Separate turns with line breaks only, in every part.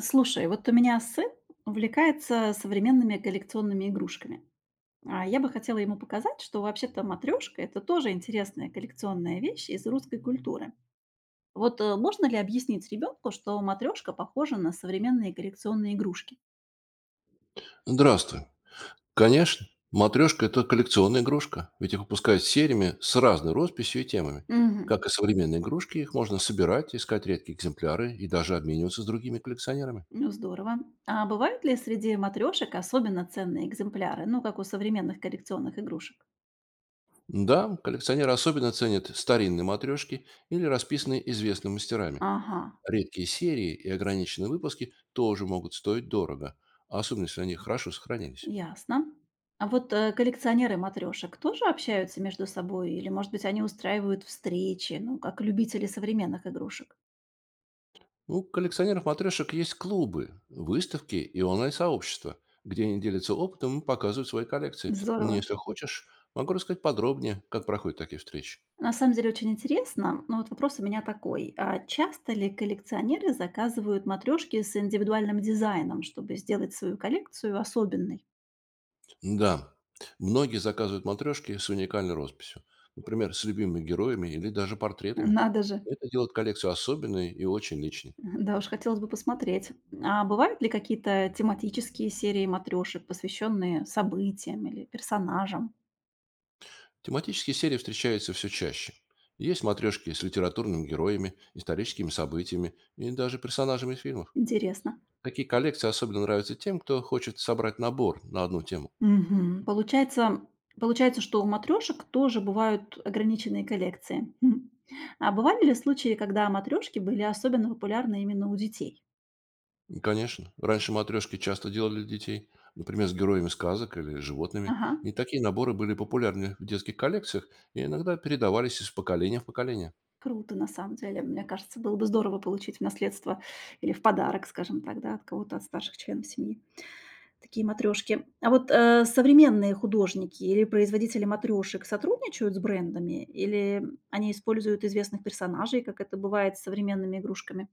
Слушай, вот у меня сын увлекается современными коллекционными игрушками. А я бы хотела ему показать, что вообще-то матрешка– это тоже интересная коллекционная вещь из русской культуры. Вот можно ли объяснить ребенку, что матрешка похожа на современные коллекционные игрушки?
Здравствуй. Конечно, матрешка– это коллекционная игрушка, ведь их выпускают сериями с разной росписью и темами.
Мгм.
Как и современные игрушки, их можно собирать, искать редкие экземпляры и даже обмениваться с другими коллекционерами.
Ну, здорово. А бывают ли среди матрешек особенно ценные экземпляры, ну, как у современных коллекционных игрушек?
Да, коллекционеры особенно ценят старинные матрешки или расписанные известными мастерами.
Ага,
Редкие серии и ограниченные выпуски тоже могут стоить дорого, особенно если они хорошо сохранились.
ясно. А вот, коллекционеры матрешек тоже общаются между собой или, может быть, они устраивают встречи, ну, как любители современных игрушек?
У коллекционеров-матрешек есть клубы, выставки и онлайн-сообщества, где они делятся опытом и показывают свои коллекции.
Здорово.
Если хочешь, могу рассказать подробнее, как проходят такие встречи.
На самом деле очень интересно, но вот вопрос у меня такой. А часто ли коллекционеры заказывают матрешки с индивидуальным дизайном, чтобы сделать свою коллекцию особенной?
Да, многие заказывают матрешки с уникальной росписью. Например, с любимыми героями или даже портретами.
Надо же.
Это делает коллекцию особенной и очень личной.
Да уж, хотелось бы посмотреть. А бывают ли какие-то тематические серии матрешек, посвященные событиям или персонажам?
Тематические серии встречаются все чаще. Есть матрешки с литературными героями, историческими событиями и даже персонажами из фильмов.
Интересно.
Такие коллекции особенно нравятся тем, кто хочет собрать набор на одну тему.
Мгм. Получается, что у матрешек тоже бывают ограниченные коллекции. Хм. А бывали ли случаи, когда матрешки были особенно популярны именно у детей?
И, конечно, раньше матрешки часто делали для детей, например, с героями сказок или животными.
Ага,
И такие наборы были популярны в детских коллекциях и иногда передавались из поколения в поколение.
круто на самом деле. Мне кажется, было бы здорово получить в наследство или в подарок, скажем так, да, от кого-то, от старших членов семьи, такие матрешки. А вот, современные художники или производители матрешек сотрудничают с брендами или они используют известных персонажей, как это бывает с современными игрушками?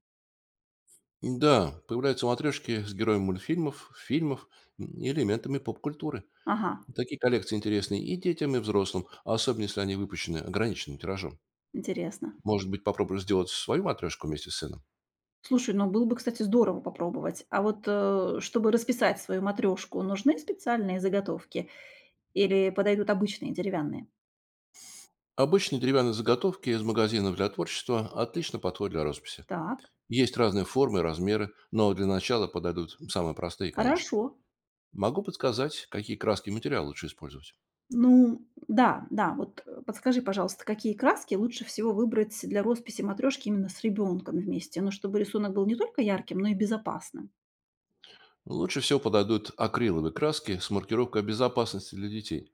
Да, появляются матрешки с героями мультфильмов, фильмов и элементами поп-культуры.
Ага,
Такие коллекции интересны и детям, и взрослым, особенно если они выпущены ограниченным тиражом.
интересно.
Может быть, попробую сделать свою матрешку вместе с сыном?
Слушай, ну было бы, кстати, здорово попробовать. А вот, чтобы расписать свою матрешку, нужны специальные заготовки или подойдут обычные деревянные?
Обычные деревянные заготовки из магазинов для творчества отлично подходят для росписи.
Так,
Есть разные формы и размеры, но для начала подойдут самые простые, конечно.
хорошо.
Могу подсказать, какие краски и материалы лучше использовать.
Ну да, да, вот, подскажи, пожалуйста, какие краски лучше всего выбрать для росписи матрешки именно с ребенком вместе, но чтобы рисунок был не только ярким, но и безопасным?
Лучше всего подойдут акриловые краски с маркировкой безопасности для детей.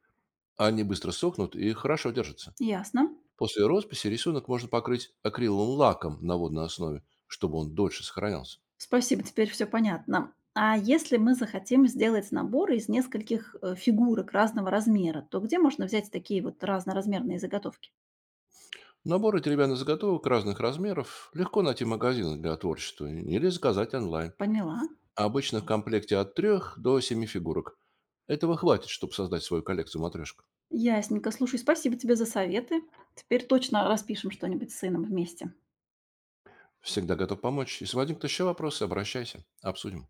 Они быстро сохнут и хорошо держатся.
Ясно.
После росписи рисунок можно покрыть акриловым лаком на водной основе, чтобы он дольше сохранялся.
Спасибо, теперь все понятно. А если мы захотим сделать набор из нескольких, фигурок разного размера, то где можно взять такие вот разноразмерные заготовки?
Наборы деревянных заготовок разных размеров легко найти в магазинах для творчества или заказать онлайн.
Поняла.
Обычно в комплекте от 3 до 7 фигурок. Этого хватит, чтобы создать свою коллекцию матрешек.
Ясненько. Слушай, спасибо тебе за советы. Теперь точно распишем что-нибудь с сыном вместе.
Всегда готов помочь. Если возникнут еще вопросы, обращайся, обсудим.